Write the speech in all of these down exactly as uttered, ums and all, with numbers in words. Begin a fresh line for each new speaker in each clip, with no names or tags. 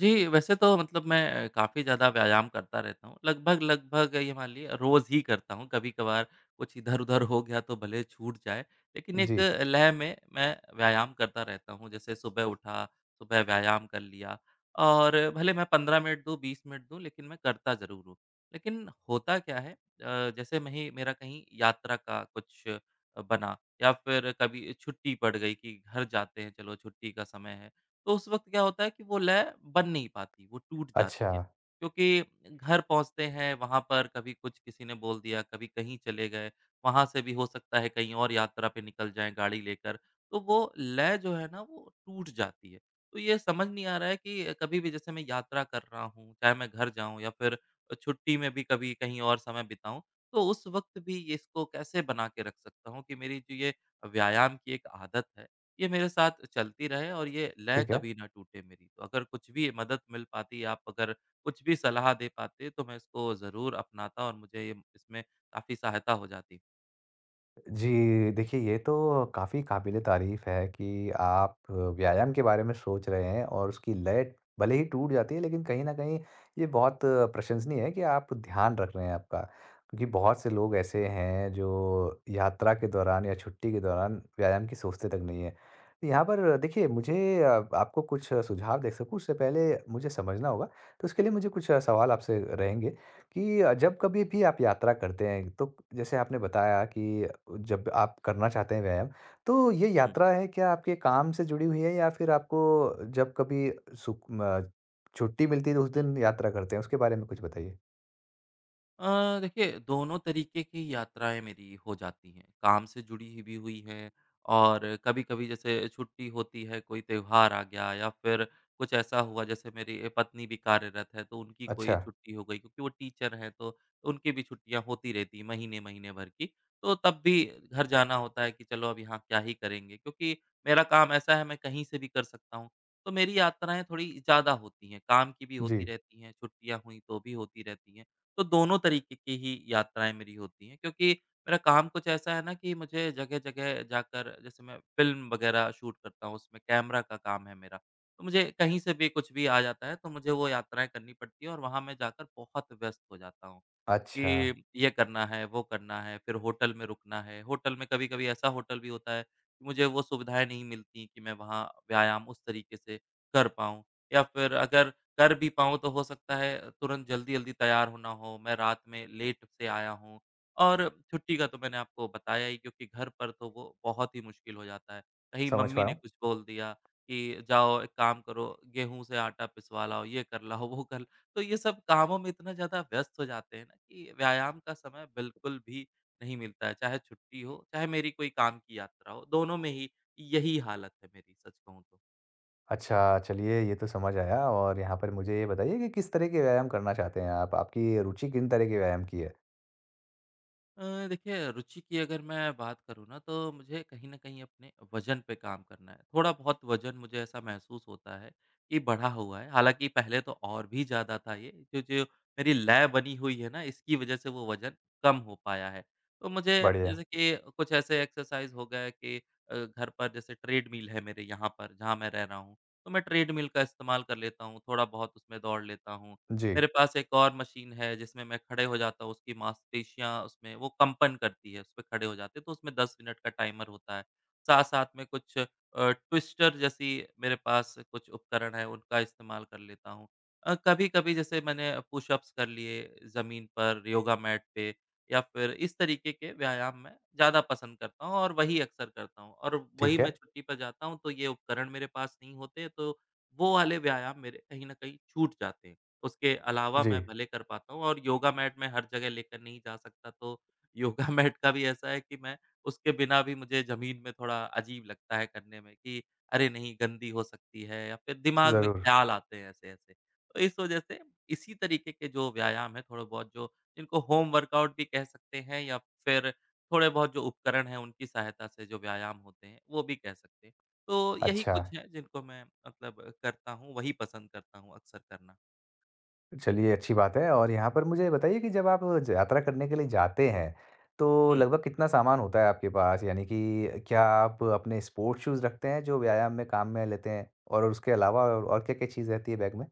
जी, वैसे तो मतलब मैं काफ़ी ज़्यादा व्यायाम करता रहता हूँ। लगभग-लगभग ये मान लिए रोज़ ही करता हूँ, कभी-कभार कुछ इधर-उधर हो गया तो भले छूट जाए, लेकिन एक
जी,
लय में मैं व्यायाम करता रहता हूँ। जैसे सुबह उठा, सुबह व्यायाम कर लिया और भले मैं पंद्रह मिनट दूँ, बीस मिनट दूँ लेकिन मैं करता ज़रूर हूँ। लेकिन होता क्या है अ, जैसे मैं ही मेरा कहीं यात्रा का कुछ बना या फिर कभी छुट्टी पड़ गई कि घर जाते हैं, चलो छुट्टी का समय है तो उस वक़्त क्या होता है कि वो लय बन नहीं पाती, वो टूट
अच्छा,
जाती है। क्योंकि घर पहुँचते हैं, वहाँ पर कभी कुछ किसी ने बोल दिया, कभी कहीं चले गए, वहाँ से भी हो सकता है कहीं और यात्रा पे निकल जाएँ गाड़ी लेकर, तो वो लय जो है ना वो टूट जाती है। तो ये समझ नहीं आ रहा है कि कभी भी जैसे मैं यात्रा कर रहा हूँ, चाहे मैं घर जाऊँ या फिर छुट्टी में भी कभी कहीं और समय बिताऊँ, तो उस वक़्त भी ये इसको कैसे बना के रख सकता हूँ कि मेरी जो ये व्यायाम की एक आदत है, ये मेरे साथ चलती रहे और ये लय
ठीक है।
कभी ना टूटे मेरी। तो अगर कुछ भी मदद मिल पाती, आप अगर कुछ भी सलाह दे पाते, तो मैं इसको ज़रूर अपनाता और मुझे ये इसमें काफ़ी सहायता हो जाती।
जी, देखिए ये तो काफ़ी काबिल-ए-तारीफ़ है कि आप व्यायाम के बारे में सोच रहे हैं और उसकी लय भले ही टूट जाती है, लेकिन कहीं न कहीं ये बहुत प्रशंसनीय है कि आप ध्यान रख रहे हैं आपका। क्योंकि बहुत से लोग ऐसे हैं जो यात्रा के दौरान या छुट्टी के दौरान व्यायाम की सोचते तक नहीं हैं। यहाँ पर देखिए मुझे अ, आपको कुछ सुझाव दे सकूँ, उससे पहले मुझे समझना होगा, तो उसके लिए मुझे कुछ सवाल आपसे रहेंगे। कि अ, जब कभी भी आप यात्रा करते हैं, तो जैसे आपने बताया कि जब आप करना चाहते हैं व्यायाम, तो ये
हुँ।
यात्रा है क्या आपके काम से जुड़ी हुई है, या फिर आपको जब कभी सुक म छुट्टी मिलती है तो उस दिन यात्रा करते हैं? उसके बारे में कुछ बताइए?
अ, देखिए दोनों तरीके की यात्राएँ मेरी हो जाती हैं, काम से जुड़ी ही भी हुई हैं और कभी-कभी जैसे छुट्टी होती है, कोई त्योहार आ गया या फिर कुछ ऐसा हुआ, जैसे मेरी अ, पत्नी भी कार्यरत है तो उनकी कोई
अच्छा,
छुट्टी हो गई क्योंकि वो टीचर हैं, तो उनकी भी छुट्टियाँ होती रहती हैं, महीने, महीने भर की। तो तब भी घर जाना होता है कि चलो अब यहाँ क्या ही करेंगे, क्योंकि मेरा काम ऐसा है, मैं कहीं से भी कर सकता हूँ। तो मेरी यात्राएँ थोड़ी ज़्यादा होती हैं, काम की भी
जी।
होती रहती हैं, छुट्टियाँ हुई तो भी होती रहती हैं। तो दोनों तरीके की ही यात्राएँ मेरी होती हैं, क्योंकि मेरा काम कुछ ऐसा है ना कि मुझे जगह-जगह जाकर, जैसे मैं फ़िल्म वगैरह शूट करता हूँ, उसमें कैमरा का काम है मेरा। तो मुझे कहीं से भी कुछ भी आ जाता है, तो मुझे वो यात्राएँ करनी पड़ती हैं और वहाँ मैं जाकर बहुत व्यस्त हो जाता हूँ।
अच्छा,
कि ये करना है, वो करना है, फिर होटल में रुकना है। होटल में कभी-कभी ऐसा होटल भी होता है कि मुझे वो सुविधाएँ नहीं मिलती कि मैं वहाँ व्यायाम उस तरीके से कर पाऊँ, या फिर अगर कर भी पाऊँ तो हो सकता है तुरंत जल्दी-जल्दी तैयार होना हो, मैं रात में लेट से आया हूँ। और छुट्टी का तो मैंने आपको बताया ही, क्योंकि घर पर तो वो बहुत ही मुश्किल हो जाता है। कहीं
समझ पा
मम्मी
रहा
ने
हूँ।
कुछ बोल दिया कि जाओ एक काम करो, गेहूँ से आटा पिसवा लाओ, ये कर लाओ, वो कर तो ये सब कामों में इतना ज़्यादा व्यस्त हो जाते हैं ना कि व्यायाम का समय बिल्कुल भी नहीं मिलता है, चाहे छुट्टी हो, चाहे मेरी कोई काम की यात्रा हो, दोनों में ही यही हालत है मेरी, सच कहूँ तो।
अच्छा, चलिए ये तो समझ आया। और यहाँ पर मुझे ये बताइए कि किस तरह के व्यायाम करना चाहते हैं आप? आपकी रुचि किन तरह के व्यायाम की है?
अ, देखिए रुचि की अगर मैं बात करूँ ना, तो मुझे कहीं न कहीं अपने वज़न पे काम करना है। थोड़ा बहुत वज़न मुझे ऐसा महसूस होता है कि बढ़ा हुआ है। हालाँकि पहले तो और भी ज़्यादा था ये, जो जो मेरी लय बनी हुई है ना, इसकी वज़ह से वो वज़न कम हो पाया है। तो मुझे
बढ़िया।
जैसे कि कुछ ऐसे एक्सरसाइज़ हो गए कि अ, घर पर जैसे ट्रेडमिल है मेरे यहाँ पर, जहाँ मैं रह रहा हूँ, तो मैं ट्रेडमिल का इस्तेमाल कर लेता हूँ, थोड़ा बहुत उसमें दौड़ लेता हूँ। मेरे
जी,
पास एक और मशीन है, जिसमें मैं खड़े हो जाता हूँ, उसकी मांसपेशियाँ उसमें वो कंपन करती है, उसपे खड़े हो जाते हैं, तो उसमें दस मिनट का टाइमर होता है। साथ-साथ में कुछ अ, ट्विस्टर जैसी मेरे पास कुछ उपकरण है, उनका इस्तेमाल कर लेता हूँ। अ, कभी-कभी जैसे मैंने पुशअप्स कर लिए ज़मीन पर, योगा मैट पे, या फिर इस तरीके के व्यायाम मैं ज़्यादा पसंद करता हूँ और वही अक्सर करता हूँ, और वही
ठीक
मैं
है।
छुट्टी पर जाता हूँ, तो ये उपकरण मेरे पास नहीं होते, तो वो वाले व्यायाम मेरे कहीं न कहीं छूट जाते हैं। उसके अलावा
जी,
मैं भले कर पाता हूँ, और योगा मैट मैं हर जगह लेकर नहीं जा सकता, तो योगा मैट का भी ऐसा है कि मैं उसके बिना भी, मुझे ज़मीन में थोड़ा अजीब लगता है करने में कि अरे नहीं, गंदी हो सकती है, या फिर दिमाग में
ज़रूर।
ख़्याल आते हैं ऐसे-ऐसे। तो इस वजह से इसी तरीके के जो व्यायाम हैं थोड़े बहुत, जो, इनको होम वर्कआउट भी कह सकते हैं, या फिर थोड़े बहुत जो उपकरण हैं, उनकी सहायता से जो व्यायाम होते हैं, वो भी कह सकते हैं। तो यही
अच्छा।
कुछ है जिनको मैं मतलब करता हूँ, वही पसंद करता हूँ अक्सर करना।
चलिए, अच्छी बात है। और यहाँ पर मुझे बताइए कि जब आप यात्रा करने के लिए जाते हैं, तो
हुँ।
लगभग कितना सामान होता है आपके पास? यानी कि क्या आप अपने स्पोर्ट्स शूज़ रखते हैं, जो व्यायाम में काम में लेते हैं? और उसके अलावा और और क्या-क्या चीज़ रहती है बैग में?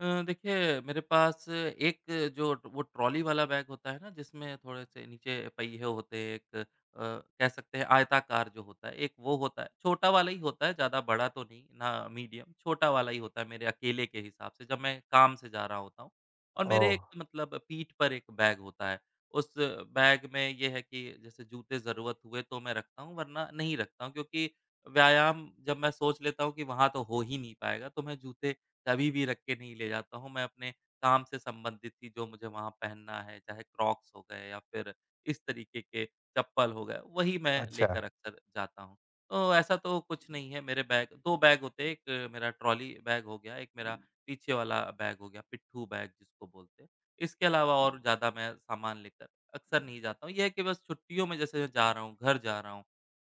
अ, देखिए मेरे पास एक जो ट- वो ट्रॉली वाला बैग होता है ना, जिसमें थोड़े से नीचे पहिए होते हैं, एक अ, कह सकते हैं आयताकार जो होता है, एक वो होता है, छोटा वाला ही होता है, ज़्यादा बड़ा तो नहीं ना, मीडियम, छोटा वाला ही होता है, मेरे अकेले के हिसाब से जब मैं काम से जा रहा होता हूँ। और मेरे
ओह!
एक मतलब पीठ पर एक बैग होता है। उस बैग में ये है कि जैसे जूते ज़रूरत हुए तो मैं रखता हूँ, वरना नहीं रखता हूँ, क्योंकि व्यायाम जब मैं सोच लेता हूँ कि वहाँ तो हो ही नहीं पाएगा, तो मैं जूते कभी भी रख के नहीं ले जाता हूँ। मैं अपने काम से संबंधित ही जो मुझे वहाँ पहनना है, चाहे क्रॉक्स हो गए या फिर इस तरीके के चप्पल हो गए, वही मैं
अच्छा,
लेकर अक्सर जाता हूँ। तो ऐसा तो कुछ नहीं है, मेरे बैग दो बैग होते हैं, एक मेरा ट्रॉली बैग हो गया, एक मेरा पीछे वाला बैग हो गया, पिट्ठू बैग जिसको बोलते हैं। इसके अलावा और ज़्यादा मैं सामान लेकर अक्सर नहीं जाता हूँ। ये है कि बस छुट्टियों में जैसे मैं जा रहा हूँ, घर जा रहा हूँ,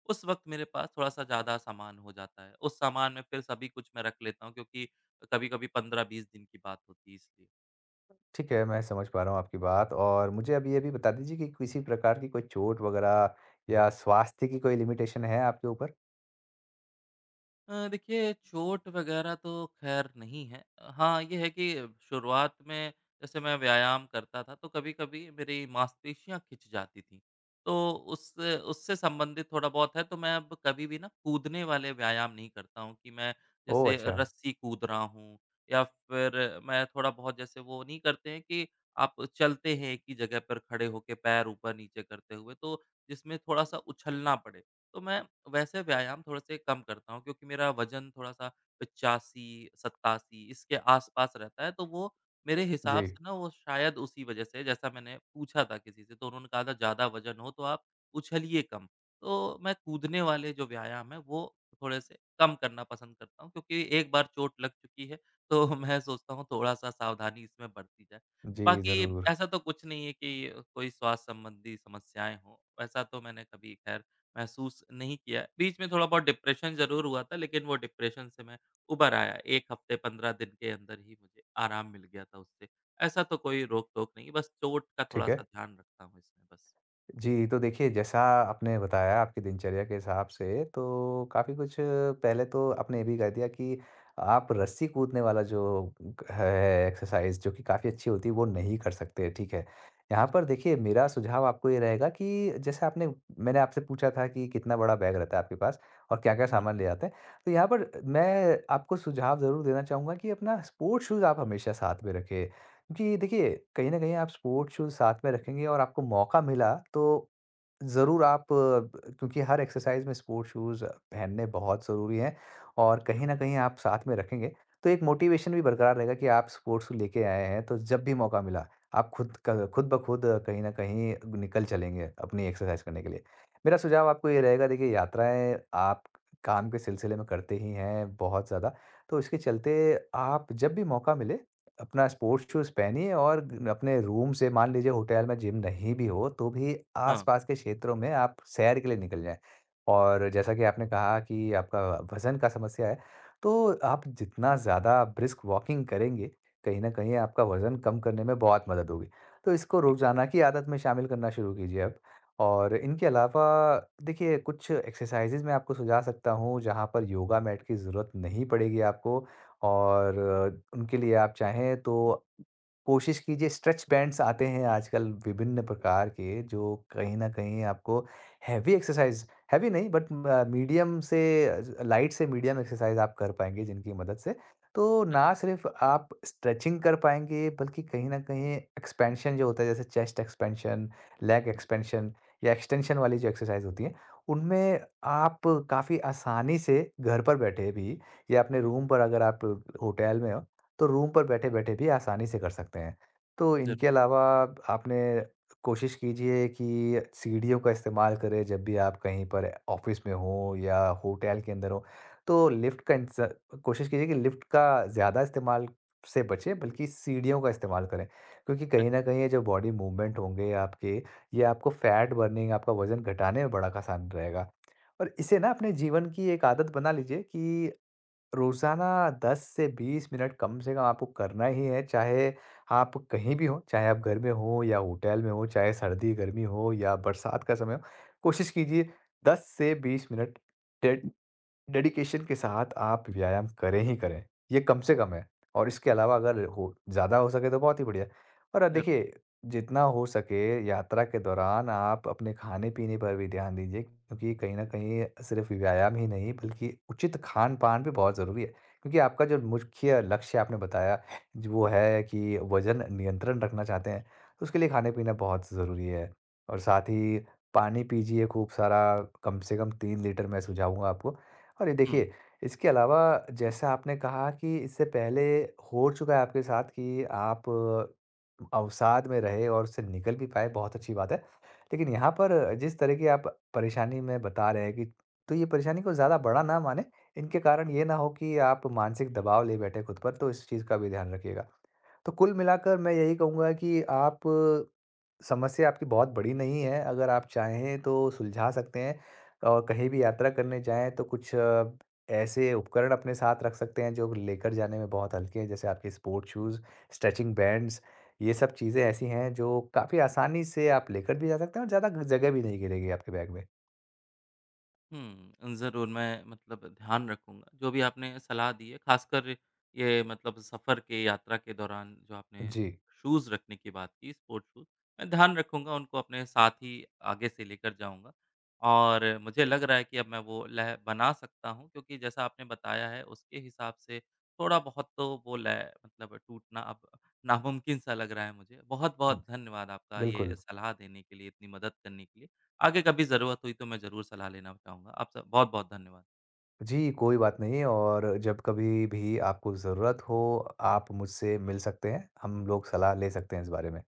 उस वक़्त मेरे पास थोड़ा-सा ज़्यादा सामान हो जाता है। उस सामान में फिर सभी कुछ मैं रख लेता हूँ, क्योंकि कभी-कभी पंद्रह बीस दिन की बात होती है इसलिए।
ठीक है, मैं समझ पा रहा हूँ आपकी बात। और मुझे अब ये भी बता दीजिए कि किसी प्रकार की कोई चोट वगैरह या स्वास्थ्य की कोई लिमिटेशन है आपके ऊपर?
अ, देखिए चोट वगैरह तो ख़ैर नहीं है। हाँ, ये है कि शुरुआत में जैसे मैं व्यायाम करता था, तो कभी-कभी मेरी मांसपेशियाँ खिंच जाती थीं। तो उस उससे संबंधित थोड़ा बहुत है, तो मैं अब कभी भी ना कूदने वाले व्यायाम नहीं करता हूँ कि मैं
ओह!
जैसे
अच्छा।
रस्सी कूद रहा हूँ, या फिर मैं थोड़ा बहुत जैसे वो नहीं करते हैं कि आप चलते हैं एक ही जगह पर खड़े होके पैर ऊपर-नीचे करते हुए, तो जिसमें थोड़ा-सा उछलना पड़े। तो मैं वैसे व्यायाम थोड़े-से कम करता हूँ, क्योंकि मेरा वज़न थोड़ा-सा पचासी से सतासी इसके आस-पास रहता है, तो वो मेरे हिसाब
जी।
से ना वो शायद उसी वज़ह से, जैसा मैंने पूछा था किसी से तो उन्होंने कहा था, ज़्यादा वज़न हो तो आप उछलिए कम। तो मैं कूदने वाले जो व्यायाम है, वो थोड़े-से कम करना पसंद करता हूँ, क्योंकि एक बार चोट लग चुकी है तो मैं सोचता हूँ थोड़ा-सा सावधानी इसमें बरती जाए।
जी,
बाकी
ज़रूर।
ऐसा तो कुछ नहीं है कि कोई स्वास्थ्य संबंधी समस्याएँ हों, वैसा तो मैंने कभी खैर महसूस नहीं किया। बीच में थोड़ा बहुत डिप्रेशन ज़रूर हुआ था, लेकिन वो डिप्रेशन से मैं उभर आया। एक हफ़्ते पंद्रह दिन के अंदर ही मुझे आराम मिल गया था उससे। ऐसा तो कोई रोक-टोक नहीं, बस चोट का
ठीक
थोड़ा-सा
है।
ध्यान रखता हूँ इसमें बस।
जी, तो देखिए, जैसा आपने बताया, आपकी दिनचर्या के हिसाब से तो काफ़ी कुछ पहले तो आपने ये भी कह दिया कि आप रस्सी कूदने वाला जो है, एक्सरसाइज़ जो कि काफ़ी अच्छी होती है, वो नहीं कर सकते, ठीक है। यहाँ
जी।
पर देखिए, मेरा सुझाव आपको ये रहेगा कि जैसे आपने मैंने आपसे पूछा था कि कितना बड़ा बैग रहता है आपके पास और क्या-क्या
हुँ,
सामान ले जाते हैं। तो यहाँ पर मैं आपको सुझाव ज़रूर देना चाहूँगा कि अपना स्पोर्ट्स शूज़ आप हमेशा साथ में रखें, क्योंकि देखिए, कहीं न कहीं आप स्पोर्ट्स शूज़ साथ में रखेंगे और आपको मौका मिला तो ज़रूर आप अ, क्योंकि हर एक्सरसाइज़ में स्पोर्ट्स शूज़ पहनने बहुत ज़रूरी हैं, और कहीं न
बिल्कुल।
कहीं आप साथ में रखेंगे, तो एक मोटिवेशन भी बरकरार रहेगा कि आप स्पोर्ट्स शू लेके आए हैं, तो जब भी मौका मिला, आप खुद क खुद ब खुद कहीं न कहीं निकल चलेंगे अपनी एक्सरसाइज़ करने के लिए। मेरा सुझाव आपको ये रहेगा, देखिए, यात्राएँ आप काम के सिलसिले में करते ही हैं बहुत ज़्यादा, तो इसके चलते आप जब भी मौका मिले, अपना स्पोर्ट्स शूज़ पहनिए और अपने रूम से, मान लीजिए होटल में जिम नहीं भी हो, तो भी
हाँ,
आस-पास के क्षेत्रों में आप सैर के लिए निकल जाएँ। और जैसा कि आपने कहा कि आपका वज़न का समस्या है, तो आप जितना ज़्यादा ब्रिस्क वॉकिंग करेंगे, कहीं न कहीं आपका वज़न कम करने में बहुत मदद होगी। तो इसको
ठीक है।
रोज़ाना की आदत में शामिल करना शुरू कीजिए आप। और इनके अलावा देखिए, कुछ एक्सरसाइज़ेज़ मैं आपको सुझा सकता हूँ, जहाँ पर योगा मैट की ज़रूरत नहीं पड़ेगी आपको। और अ, उनके लिए आप चाहें तो कोशिश कीजिए, स्ट्रेच बैंड्स आते हैं आजकल विभिन्न प्रकार के, जो कहीं न कहीं आपको हैवी एक्सरसाइज़, हैवी नहीं, बट अ, मीडियम से, लाइट से मीडियम एक्सरसाइज़ आप कर पाएँगे जिनकी मदद से। तो ना सिर्फ़ आप स्ट्रेचिंग कर पाएँगे, बल्कि कहीं न कहीं एक्सपेंशन जो होता है, जैसे चेस्ट एक्सपेंशन, लेग एक्सपेंशन या एक्सटेंशन वाली जो एक्सरसाइज़ होती हैं, उनमें आप काफ़ी आसानी से घर पर बैठे भी, या अपने रूम पर, अगर आप होटल में हो, तो रूम पर बैठे-बैठे भी आसानी से कर सकते हैं। तो
ज़रूर।
इनके अलावा आपने, कोशिश कीजिए कि सीढ़ियों का इस्तेमाल करें जब भी आप कहीं पर ऑफ़िस में हो या होटल के अंदर हो। तो लिफ्ट का इंस कोशिश कीजिए कि लिफ्ट का ज़्यादा इस्तेमाल से बचें, बल्कि सीढ़ियों का इस्तेमाल करें। क्योंकि कहीं
अच्छा,
न कहीं ये जो बॉडी मूवमेंट होंगे आपके, ये आपको फैट बर्निंग, आपका वज़न घटाने में बड़ा आसान रहेगा। और इसे ना, अपने जीवन की एक आदत बना लीजिए कि रोज़ाना दस से बीस मिनट कम से कम आपको करना ही है, चाहे आप कहीं भी हों, चाहे आप घर में हों या होटल में हों, चाहे सर्दी-गर्मी हो या बरसात का समय हो, कोशिश कीजिए दस से बीस मिनट डेड डेडिकेशन के साथ आप व्यायाम करें ही करें, ये कम से कम है, और इसके अलावा अगर हो, ज़्यादा हो सके तो बहुत ही बढ़िया। और अ,
ज़रूर।
देखिए, जितना हो सके यात्रा के दौरान आप अपने खाने-पीने पर भी ध्यान दीजिए, क्योंकि कहीं न कहीं सिर्फ़ व्यायाम ही नहीं, बल्कि उचित खान-पान भी बहुत ज़रूरी है। क्योंकि आपका जो मुख्य लक्ष्य आपने बताया, जो वो है कि वज़न नियंत्रण रखना चाहते हैं, तो उसके लिए खाना-पीना बहुत ज़रूरी है। और साथ ही पानी पीजिए खूब सारा, कम से कम तीन लीटर मैं सुझाऊँगा आपको। अरे
हुँ।
देखिए, इसके अलावा जैसा आपने कहा कि इससे पहले हो चुका है आपके साथ, कि आप अ, अवसाद में रहे और उससे निकल भी पाए, बहुत अच्छी बात है। लेकिन यहाँ पर जिस तरह की आप परेशानी में बता रहे हैं कि, तो ये परेशानी को ज़्यादा बड़ा ना मानें, इनके कारण ये ना हो कि आप मानसिक दबाव ले बैठे खुद पर, तो इस चीज़ का भी ध्यान रखिएगा। तो कुल मिलाकर मैं यही कहूँगा कि आप, समस्या आपकी बहुत बड़ी नहीं है, अगर आप चाहें तो सुलझा सकते हैं। और कहीं भी यात्रा करने जाएँ तो कुछ अ, ऐसे उपकरण अपने साथ रख सकते हैं जो लेकर जाने में बहुत हल्के हैं, जैसे आपके स्पोर्ट शूज़, स्ट्रेचिंग बैंड्स, ये सब चीज़ें ऐसी हैं जो काफ़ी आसानी से आप लेकर भी जा सकते हैं और ज़्यादा जगह भी नहीं घेरेगी आपके बैग में।
हुँ, ज़रूर मैं मतलब ध्यान रखूँगा, जो भी आपने सलाह दी है, ख़ासकर ये मतलब सफ़र के यात्रा के दौरान जो आपने
जी,
शूज़ रखने की बात की, स्पोर्ट शूज़, मैं ध्यान रखूँगा, उनको अपने साथ ही आगे से लेकर जाऊँगा। और मुझे लग रहा है कि अब मैं वो लय बना सकता हूँ, क्योंकि जैसा आपने बताया है, उसके हिसाब से थोड़ा-बहुत तो वो लय मतलब टूटना अब नामुमकिन सा लग रहा है मुझे। बहुत-बहुत धन्यवाद आपका, ये
बिल्कुल।
सलाह देने के लिए, इतनी मदद करने के लिए। आगे कभी ज़रूरत हुई तो मैं ज़रूर सलाह लेना चाहूँगा। आपसे बहुत-बहुत धन्यवाद।
जी, कोई बात नहीं। और जब कभी भी आपको ज़रूरत हो, आप मुझसे मिल सकते हैं। हम लोग सलाह ले सकते हैं इस बारे में।